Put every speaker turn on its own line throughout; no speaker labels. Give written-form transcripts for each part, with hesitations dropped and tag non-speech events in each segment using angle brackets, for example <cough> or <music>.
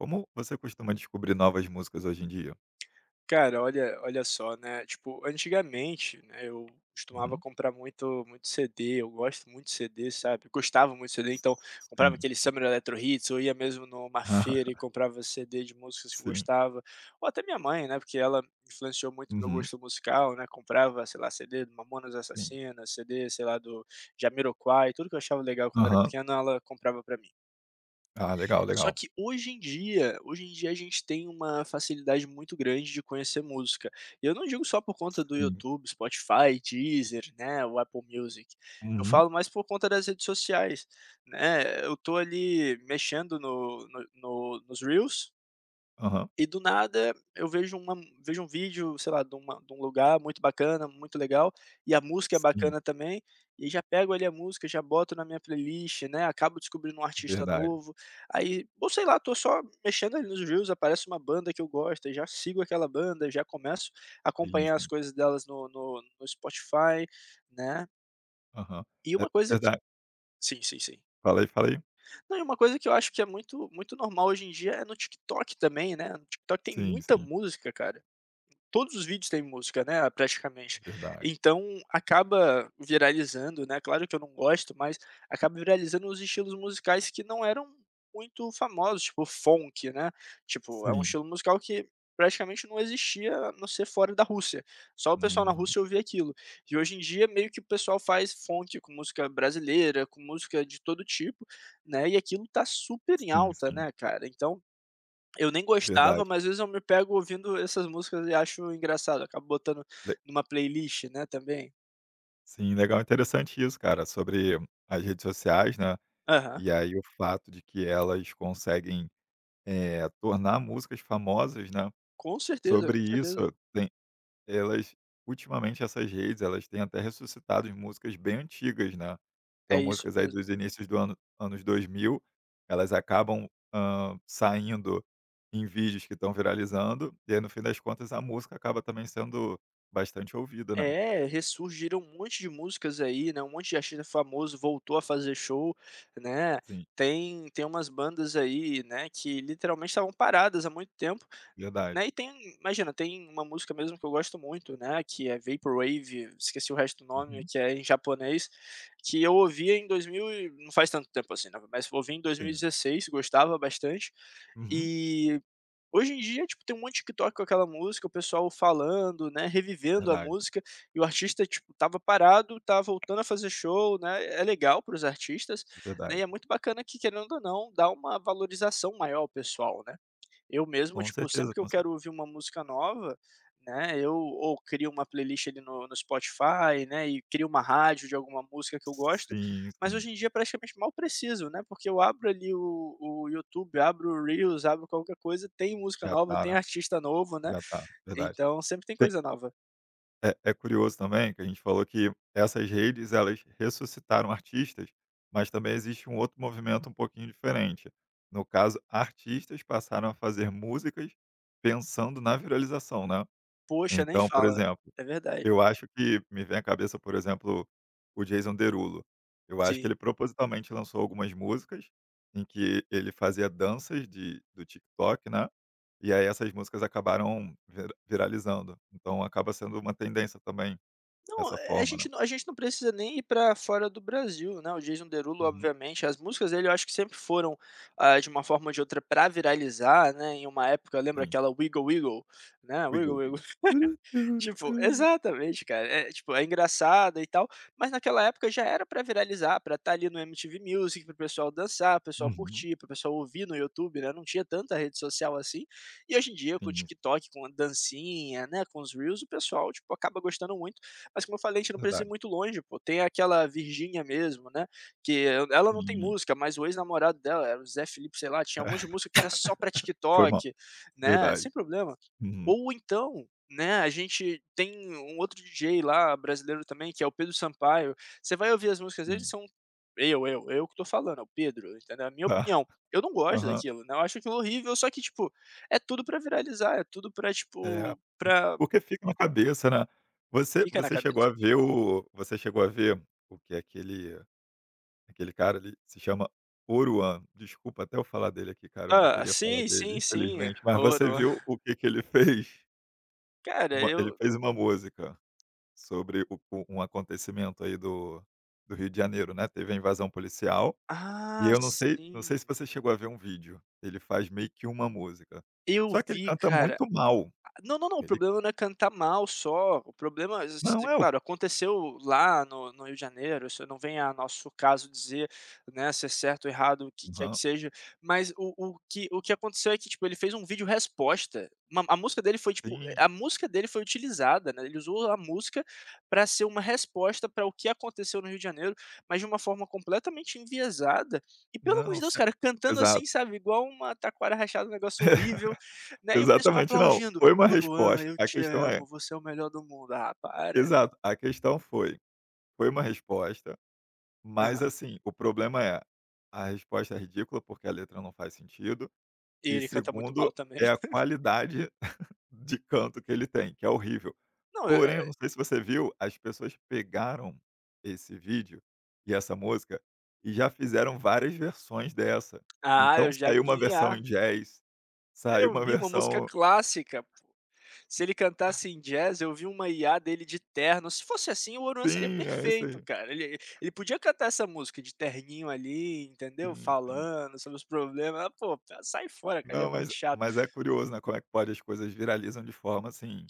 Como você costuma descobrir novas músicas hoje em dia?
Cara, olha olha só, né, tipo, antigamente, né, eu costumava
Uhum.
comprar muito muito CD, eu gosto muito de CD, sabe, eu gostava muito de CD, então comprava
Sim.
aquele Summer Electro Hits, ou ia mesmo numa feira e
<laughs>
comprava CD de músicas que eu
Sim.
gostava, ou até minha mãe, né, porque ela influenciou muito meu
Uhum.
gosto musical, né, comprava, sei lá, CD do Mamonas
Sim.
Assassinas, CD, sei lá, do Jamiroquai, tudo que eu achava legal quando era
Aham.
pequeno, ela comprava pra mim.
Ah, legal,
Só
legal.
que hoje em dia a gente tem uma facilidade muito grande de conhecer música. E eu não digo só por conta do
Sim.
YouTube, Spotify, Deezer, né, o Apple Music. Eu
Uhum.
falo mais por conta das redes sociais, né, eu tô ali mexendo no no no nos reels,
Aham.
e do nada eu vejo um vídeo, sei lá, de um lugar muito bacana, muito legal, e a música é
Sim,
bacana também, e já pego ali a música, já boto na minha playlist, né, acabo descobrindo um artista
verdade.
novo, aí, ou sei lá, tô só mexendo ali nos reels, aparece uma banda que eu gosto, e já sigo aquela banda, já começo a
Sim,
acompanhar as
sim.
coisas delas no Spotify, né.
Aham.
E
É
uma coisa que
verdade.
Sim, sim, sim.
Falei, falei.
Não, e uma coisa que eu acho que é muito muito normal hoje em dia é no TikTok também, né, no TikTok tem
Sim,
muita
sim,
música, cara, todos os vídeos têm música, né, praticamente.
verdade.
Então acaba viralizando, né, claro que eu não gosto, mas acaba viralizando os estilos musicais que não eram muito famosos, tipo funk, né. Tipo, é um
Sim.
estilo musical que praticamente não existia, a não ser fora da Rússia. Só o pessoal na
Uhum.
Rússia ouvia aquilo. E hoje em dia meio que o pessoal faz funk com música brasileira, com música de todo tipo, né, e aquilo tá super em
Sim,
alta,
sim,
né, cara. Então, eu nem gostava,
verdade.
mas às vezes eu me pego ouvindo essas músicas e acho engraçado, acabo botando
Le
numa playlist, né, também.
Sim, legal, interessante isso, cara, sobre as redes sociais, né,
Aham.
e aí o fato de que elas conseguem, tornar músicas famosas, né.
Com certeza,
Sobre
com
isso,
certeza.
tem elas ultimamente essas redes, elas têm até ressuscitado em músicas bem antigas, né.
É
Então
isso
músicas aí
mesmo.
dos inícios do ano anos 2000 elas acabam, saindo em vídeos que estão viralizando, e aí no fim das contas a música acaba também sendo bastante ouvida, né.
É, ressurgiram um monte de músicas aí, né, um monte de artista famoso voltou a fazer show, né,
Sim,
tem umas bandas aí, né, que literalmente estavam paradas há muito tempo,
verdade.
né, e tem imagina, tem uma música mesmo que eu gosto muito, né, que é Vaporwave, esqueci o resto do nome,
Uhum,
que é em japonês, que eu ouvia em 2000 e não faz tanto tempo assim, né, mas ouvi em
sim.
2016, gostava bastante,
Uhum,
e hoje em dia, tipo, tem um monte de TikTok com aquela música, o pessoal falando, né, revivendo a
verdade,
música, e o artista, tipo, tava parado, tá voltando a fazer show, né, é legal para os artistas,
é
né, e
verdade.
é muito bacana que, querendo ou não, dá uma valorização maior ao pessoal, né. Eu mesmo,
Com
tipo,
certeza,
sempre que eu
com
quero
certeza.
ouvir uma música nova, né, eu ou crio uma playlist ali no Spotify, né, e crio uma rádio de alguma música que eu gosto,
Sim,
mas
sim.
hoje em dia praticamente mal preciso, né, porque eu abro ali o YouTube, abro o Reels, abro qualquer coisa, tem música
Já
nova,
tá,
tem
né,
artista novo, né,
já tá, verdade.
então sempre tem
Tem
coisa nova.
É curioso também que a gente falou que essas redes, elas ressuscitaram artistas, mas também existe um outro movimento um pouquinho diferente. No caso, artistas passaram a fazer músicas pensando na viralização, né.
Poxa, nem
Então, por
fala.
exemplo,
É verdade.
eu acho que me vem à cabeça, por exemplo, o Jason Derulo. Eu acho que
Sim.
ele propositalmente lançou algumas músicas em que ele fazia danças de do TikTok, né, e aí essas músicas acabaram viralizando. Então acaba sendo uma tendência também.
Não,
Essa forma, né.
a gente não precisa nem ir para fora do Brasil, né, o Jason Derulo
Uhum,
obviamente, as músicas dele eu acho que sempre foram, ah, de uma forma ou de outra para viralizar, né, em uma época lembra
sim.
aquela Wiggle Wiggle, né,
Wiggle,
Wiggle
wiggle.
Wiggle.
Turu, turu,
Tipo,
turu.
exatamente, cara. É, tipo, é engraçado e tal, mas naquela época já era pra viralizar, pra estar ali no MTV Music, para o pessoal dançar, para o pessoal
Uhum,
curtir, para o pessoal ouvir no YouTube, né, não tinha tanta rede social assim. E hoje em dia com o
sim,
TikTok, com a dancinha, né, com os reels, o pessoal, tipo, acaba gostando muito. Mas como eu falei, a gente não precisa ir
verdade.
muito longe, pô, tem aquela Virgínia mesmo, né, ela não tem
Sim.
música, mas o ex-namorado dela era o Zé Felipe, sei lá, tinha um monte de
<laughs>
música que era só pra
Foi mal.
TikTok, né,
Verdade.
sem problema.
Uhum,
Ou então, né, a gente tem um outro DJ lá, brasileiro também, que é o Pedro Sampaio, você vai ouvir as músicas dele
sim.
são eu que tô falando, é o Pedro, entendeu, a minha
Tá.
opinião. Eu não gosto
Aham.
daquilo, né, eu acho aquilo horrível, só que, tipo, é tudo pra viralizar, é tudo pra,
É,
tipo, pra
porque fica na cabeça, né. Você
fica na
você chegou
cabeça.
a ver o você chegou a ver o que é aquele cara ali, se chama Oruan. Desculpa até eu falar dele aqui, cara, eu não
Ah,
queria falar
sim,
dele,
sim, sim,
infelizmente, mas você
ouro.
viu o que que ele fez?
Cara,
Uma Ele
eu,
fez uma música sobre o um acontecimento aí do Rio de Janeiro, né, teve a invasão policial, e
ah,
eu não sei não
sim,
sei se você chegou a ver um vídeo, ele faz meio que uma música,
eu
só que ele
vi,
canta
cara.
muito mal,
Não, não, não, o
ele
problema não é cantar mal só, o problema
não é o
claro, aconteceu lá no Rio de Janeiro, isso não vem a nosso caso dizer, né, se é certo ou errado, o que quer que
não,
seja, mas o que o que aconteceu é que, tipo, ele fez um vídeo resposta, uma a música dele foi, tipo,
sim,
a música dele foi utilizada, né, ele usou a música para ser uma resposta para o que aconteceu no Rio de Janeiro, mas de uma forma completamente enviesada e, pelo amor
não,
de
se
Deus, cara, cantando
exato.
assim, sabe, igual uma taquara rachada, um negócio horrível,
<laughs>
né, e o pessoal
Exatamente não,
aplaudindo.
foi uma
Oruan,
resposta,
eu
a
te
questão é
amo, você é o melhor do mundo. Ah, para.
exato, a questão foi uma resposta, mas
Aham.
assim, o problema é, a resposta é ridícula, porque a letra não faz sentido.
E
E
ele canta muito mal
segundo,
também.
é a qualidade <laughs> de canto que ele tem, que é horrível.
Não, eu.
Porém, eu não sei se você viu, as pessoas pegaram esse vídeo e essa música e já fizeram várias versões dessa.
Ah,
Então
eu já
saiu
vi
uma
em
versão em
IA.
jazz, saiu
Eu
uma
vi uma música
versão
clássica, pô. Se ele cantasse em jazz, eu vi uma IA dele de terno. Se fosse assim, o Oruan seria
sim, é isso
perfeito,
aí,
cara. Ele podia cantar essa música de terninho ali, entendeu,
sim, sim.
falando sobre os problemas. Ah, pô, sai fora, cara, ele é
Não,
muito
mas
chato.
mas é curioso, né, como é que pode as coisas viralizam de forma assim,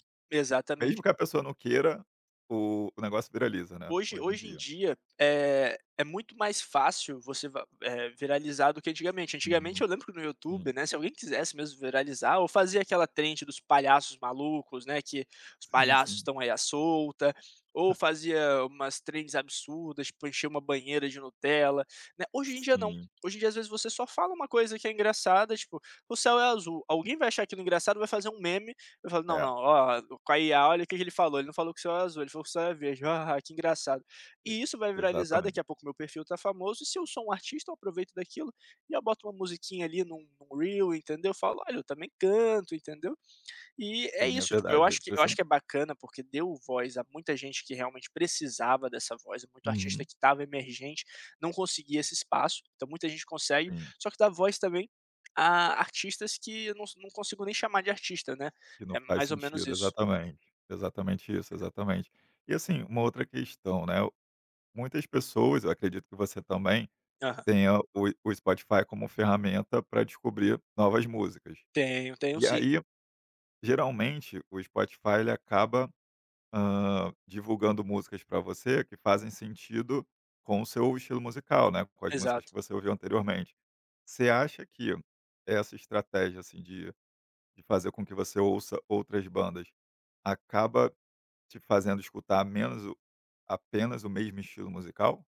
mesmo
Exatamente.
que a pessoa não queira, o negócio viraliza, né,
Hoje
hoje em
hoje em
dia.
dia, é muito mais fácil você viralizar do que antigamente. Antigamente
Uhum.
eu lembro que no
Sim.
YouTube, né, se alguém quisesse mesmo viralizar ou fazia aquela trend dos palhaços malucos, né, que os
Sim,
palhaços
sim.
estão aí à solta, ou fazia umas trends absurdas, tipo encher uma banheira de Nutella, né. Hoje em dia não.
Sim,
Hoje em dia, às vezes, você só fala uma coisa que é engraçada, tipo: "O céu é azul". Alguém vai achar aquilo engraçado, vai fazer um meme. Eu falo: "Não,
é,
não, ó, com a IA olha o que que ele falou, ele não falou que o céu é azul, ele falou que o céu é verde, <laughs> hahaha, que engraçado".
e
E isso vai viralizar,
exatamente.
daqui a pouco meu perfil tá famoso, e se eu sou um artista eu aproveito daquilo, e eu boto uma musiquinha ali num reel, entendeu? Eu falo: "Olha, eu também canto", entendeu? E é
Sim, é
isso, tipo,
verdade, é
eu acho
impressionante.
que é bacana, porque deu voz a muita gente que realmente precisava dessa voz, é muito artista
Uhum,
que estava emergente, não conseguia esse espaço, então muita gente consegue,
sim,
só que dá voz também a artistas que eu não consigo nem chamar de artista, né,
que não
é
faz
mais ou menos
sentido,
isso.
exatamente. Exatamente isso, exatamente. E assim, uma outra questão, né, muitas pessoas, eu acredito que você também,
Aham.
tenha o Spotify como ferramenta para descobrir novas músicas.
Tenho, tenho
E
sim.
aí, geralmente, o Spotify ele acaba, divulgando músicas para você que fazem sentido com o seu estilo musical, né, com as músicas que
Exato.
você ouviu anteriormente. Você acha que essa estratégia, assim, de fazer com que você ouça outras bandas, acaba te fazendo escutar menos o apenas o mesmo estilo musical?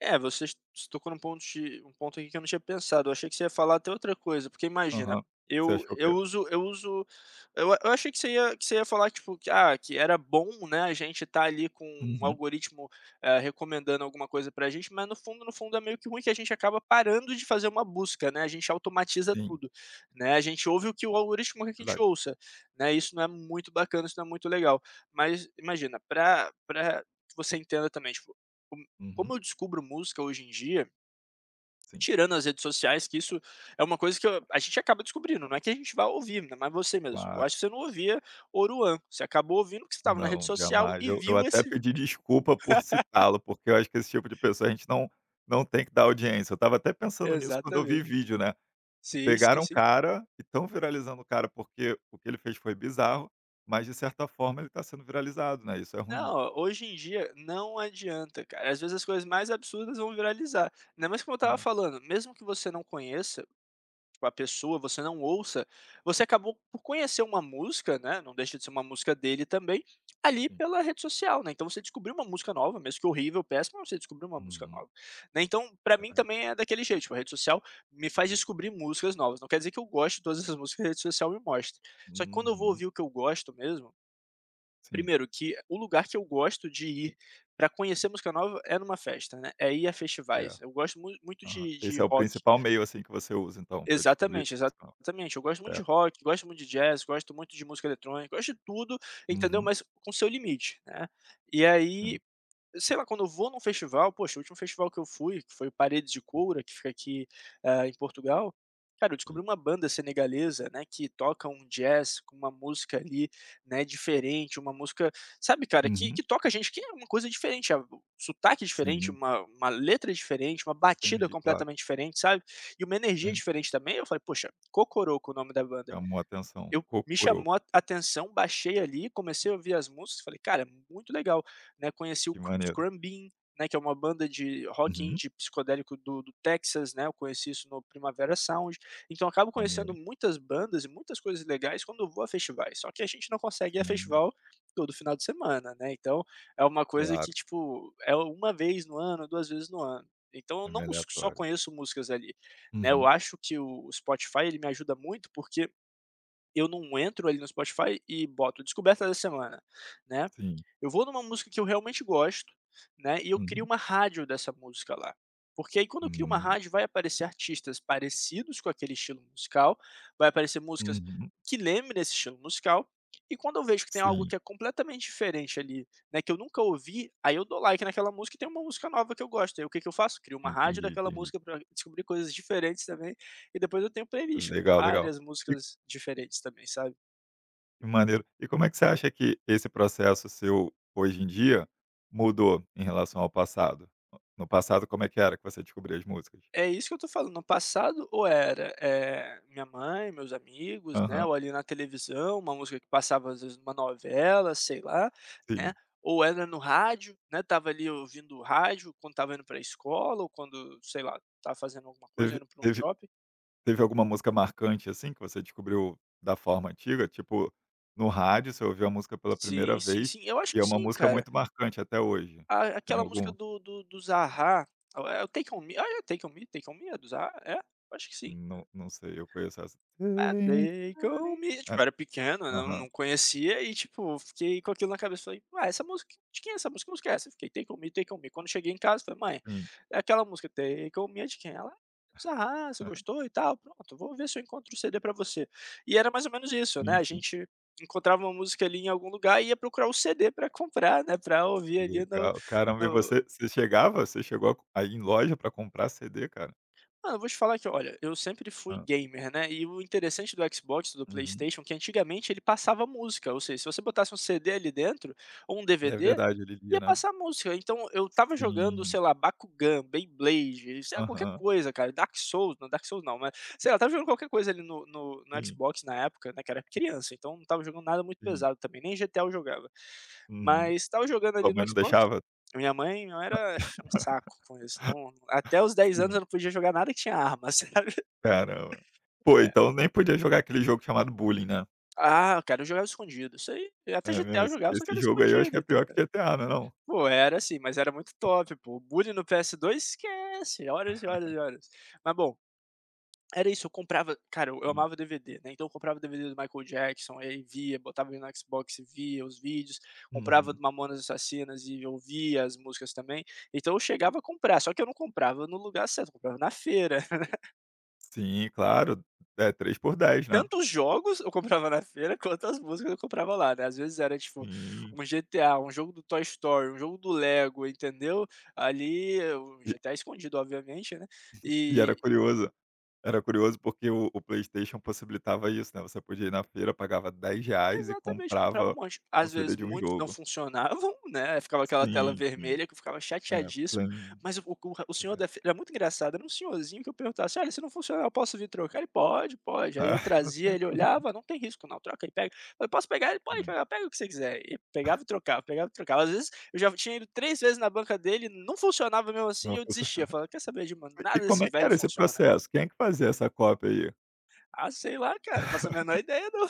É, você s você tocou num ponto de um ponto aqui que eu não tinha pensado, eu achei que você ia falar até outra coisa, porque imagina,
Aham. Você achou o quê?
eu uso eu uso eu a- eu achei que você ia falar, tipo, que, ah, que era bom, né, a gente tá ali com um
Uhum.
algoritmo, recomendando alguma coisa pra gente, mas no fundo, no fundo é meio que ruim que a gente acaba parando de fazer uma busca, né, a gente automatiza
Sim,
tudo, né, a gente ouve o que o algoritmo quer que a gente
verdade.
ouça, né, isso não é muito bacana, isso não é muito legal. Mas imagina, pra para que você entenda também, tipo como
Uhum.
eu descubro música hoje em dia,
Sim,
tirando as redes sociais, que isso é uma coisa que eu a gente acaba descobrindo, não é que a gente vá ouvir, ainda mais você mesmo. Eu
claro.
acho que você não ouvia Oruan, você acabou ouvindo porque você estava na rede
Não,
social
jamais.
e
Eu
viu
até
esse
pedi desculpa por citá-lo, porque eu acho que esse tipo de pessoa a gente não tem que dar audiência. Eu estava até pensando nisso quando eu vi
exatamente.
vídeo, né.
Sim, sim,
Pegaram o
sim.
cara e estão viralizando o cara, porque o que ele fez foi bizarro, mas de certa forma ele está sendo viralizado, né, isso é ruim.
Não, hoje em dia não adianta, cara. Às vezes as coisas mais absurdas vão viralizar. Ainda mais como eu estava
É,
falando, mesmo que você não conheça, com a pessoa, você não ouça, você acabou por conhecer uma música, né, não deixa de ser uma música dele também, ali
sim.
pela rede social, né, então você descobriu uma música nova, mesmo que horrível, péssima, você descobriu uma música
Uhum,
nova, né, então pra mim
verdade.
também é daquele jeito, tipo, a rede social me faz descobrir músicas novas, não quer dizer que eu goste de todas essas músicas que a rede social me mostra, só que quando eu vou
Uhum,
ouvir o que eu gosto mesmo,
sim,
primeiro que o lugar que eu gosto de ir pra conhecer música nova é numa festa, né, é ir a festivais,
certo.
eu gosto muito
Aham.
de
Esse é o
rock.
principal meio, assim, que você usa então para descobrir
Exatamente,
musical,
exatamente. Eu gosto muito de
certo.
rock, gosto muito de jazz, gosto muito de música eletrônica, gosto de tudo, entendeu?
Uhum,
Mas com seu limite, né. E
sim,
aí sei lá, quando eu vou num festival, poxa, o último festival que eu fui, que foi o Paredes de Coura, que fica aqui, ah, em Portugal, cara, eu
sim.
descobri uma banda senegalesa, né, que toca um jazz com uma música ali, né, diferente, uma música, sabe, cara, que
Uhum,
que toca a gente, que é uma coisa diferente, ah, o sotaque é diferente,
sim,
uma letra é diferente, uma batida é
entendi, claro.
completamente diferente, sabe, e uma energia é
Sim, sim,
diferente também. Eu falei: "Poxa, Cocoroco", é o nome da banda.
chamou a atenção.
Eu me
Kokoroko,
chamou a atenção, baixei ali, comecei a ouvir as músicas, falei: "Cara, muito legal", né, conheci o
que
Os
maneiro.
Crumb Bean, né, que é uma banda de rock
Uhum,
indie psicodélico do Texas, né, eu conheci isso no Primavera Sound, então eu acabo
maneiro,
conhecendo
hein.
muitas bandas e muitas coisas legais quando eu vou a festivais, só que a gente não consegue ir a
Sim,
festival todo final de semana, né, então é uma coisa que,
claro,
tipo, é uma vez no ano, 2 vezes no ano. Então eu
é meio
não só
aleatório.
conheço músicas ali, né, eu
Uhum,
acho que o Spotify ele me ajuda muito, porque eu não entro ali no Spotify e boto descoberta da semana, né.
sim.
Eu vou numa música que eu realmente gosto, né, e eu crio
Uhum,
uma rádio dessa música lá. Porque aí quando eu crio uma
hum,
rádio vai aparecer artistas parecidos com aquele estilo musical, vai aparecer músicas
uhum.
que lembrem esse estilo musical, e quando eu vejo que tem algo
Sim,
que é completamente diferente ali, né, que eu nunca ouvi, aí eu dou like naquela música e tem uma música nova que eu gosto, aí o que que eu faço? Crio uma rádio
entendi,
daquela
entendi.
música para descobrir coisas diferentes também, e depois eu tenho playlist com
Legal, legal.
várias
E
músicas diferentes também, sabe.
que maneiro. E como é que você acha que esse processo seu, hoje em dia, mudou em relação ao passado? No passado, como é que era que você descobria as músicas?
É isso que eu tô falando, no passado ou era, minha mãe, meus amigos, né,
Aham,
ou ali na televisão, uma música que passava às vezes numa novela, sei lá,
sim.
né, ou era no rádio, né, tava ali ouvindo o rádio quando estava indo pra escola ou quando, sei lá, estava fazendo alguma coisa,
Teve
indo pra um
teve
shopping.
teve alguma música marcante, assim, que você descobriu da forma antiga? Tipo, no rádio, você ouviu a música pela primeira
Sim, sim,
vez
sim, eu acho
e é
que
uma
sim,
música
cara.
muito marcante até hoje.
A
Tem
aquela música
algum
do Zarra, é o Take On Me, ah, é Take On Me Take On Me é do Zarra? É? Eu acho que sim.
Não, não sei, eu conheço essa.
É, daí que me tipo, eu
Essa.
era pequeno, não
Aham,
não conhecia e, tipo, fiquei com aquilo na cabeça, falei: "Ué, essa música de quem é essa música? Que música é essa?" Fiquei: "Take on me, take on me". Quando cheguei em casa, falei: "Mãe,
sim.
é aquela música, take on me, é de quem?" Ela: "É "Dos você gostou e tal, pronto, vou ver se eu encontro o CD pra você". E era mais ou menos isso, né, a
<laughs>
gente encontrava uma música ali em algum lugar e ia procurar o CD pra comprar, né, pra ouvir ali no
Legal. Caramba, e
no
você chegou a ir em loja pra comprar CD, cara?
Ah, eu vou te falar que, olha, eu sempre fui
Hã.
gamer, né, e o interessante do Xbox, do
Uhum.
PlayStation, que antigamente ele passava música, ou seja, se você botasse um CD ali dentro, ou um
É
DVD,
verdade, ele lia,
ia
né.
passar música. Então eu estava jogando,
Sim.
sei lá, Bakugan, Beyblade, sei lá, qualquer
Aham.
coisa, cara, Dark Souls não, mas, sei lá, estava jogando qualquer coisa ali no
Sim,
Xbox na época, né, que era criança, então não estava jogando nada muito
sim.
pesado também, nem GTA eu jogava.
Uhum.
Mas estava jogando
Tua
ali
mãe
no
não
Xbox
deixava?
minha mãe não era um saco com isso, não até os 10 anos
Sim.
eu não podia jogar nada que tinha arma, <laughs> sabe.
Caramba. Pô, então nem podia jogar aquele jogo chamado Bullying, né.
Ah, eu quero jogar escondido, isso aí até
É mesmo,
GTA eu
esse
jogava, só que
esse
era
jogo aí eu acho que
escondido,
é pior que
entendeu.
GTA, não é não?
Pô, era assim, mas era muito top, pô, o bullying no PS2 esquece, horas e horas e horas. Mas bom, era isso, eu comprava cara, eu
Sim.
amava DVD, né, então eu comprava DVD do Michael Jackson, e aí via, botava ele no Xbox e via os vídeos, comprava do
Uhum.
Mamonas Assassinas e ouvia as músicas também, então eu chegava a comprar, só que eu não comprava no lugar certo, eu comprava na feira.
Sim, claro. É 3 por 10, né.
Tanto os jogos eu comprava na feira, <laughs> quanto as músicas eu comprava lá, né. Às vezes era tipo
Sim.
um GTA, um jogo do Toy Story, um jogo do Lego, entendeu. Ali o
E
GTA escondido, obviamente, né.
e era
E
curioso. Era curioso porque o PlayStation possibilitava isso, né, você podia ir na feira, pagava R$ 10 e
exatamente, comprava um
comprava
monte.
um
Às
CD
vezes
de um
muitos não
jogo.
funcionavam, <laughs> né, ficava aquela tela
Sim, sim.
vermelha que eu ficava
É,
chateadíssimo,
Play
mas o senhor
verdade.
da feira era muito engraçado, era um senhorzinho que eu perguntasse: "Olha, se não funcionar eu posso vir trocar?" Ele: "Pode, pode." Aí eu
Ah, <laughs> não
trazia,
tem
ele olhava: "Não tem risco não, troca aí, pega." Eu: "Posso pegar?" Ele: "Pode
fim.
pegar, pega o que você quiser." E pegava e trocava, pegava e trocava. Às vezes eu já tinha ido 3 vezes na banca dele, não funcionava mesmo assim e
Não
eu
você-
desistia, falava: "Quer saber de mano,
E
nada
como
desse
é que
velho
era esse
funciona."
processo? Quem é que fazia essa cópia aí?
Ah, sei lá cara, não faço a menor ideia não.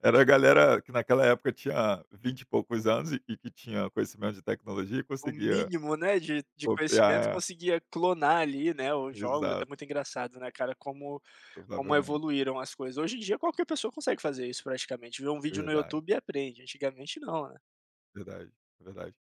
Era a galera que naquela época tinha 20 e poucos anos e que tinha conhecimento de tecnologia e
O
conseguia
mínimo, né, de conhecimento,
copiar.
conseguia clonar ali, né, os jogos. É
Exato,
muito engraçado, né, cara, como como
provavelmente.
evoluíram as coisas. Hoje em dia qualquer pessoa consegue fazer isso praticamente, vê um vídeo no
Verdade,
YouTube e aprende, antigamente não, né.
verdade, verdade.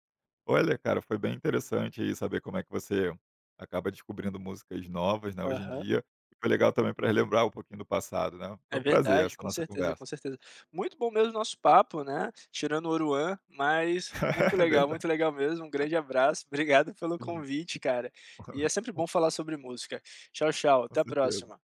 Olha, cara, foi bem interessante aí saber como é que você acaba descobrindo músicas novas, né, hoje em
Aham.
dia. E foi legal também para relembrar um pouquinho do passado, né. Foi
É
um prazer essa
verdade, com
nossa
certeza, com
conversa.
certeza. Muito bom mesmo o nosso papo, né, tirando o Oruan, mas
<laughs> É verdade,
muito legal mesmo. Um grande abraço, <laughs> obrigado pelo
sim.
convite, cara. E é
<laughs>
sempre bom falar sobre música. Tchau, tchau,
Com
até a
certeza.
próxima.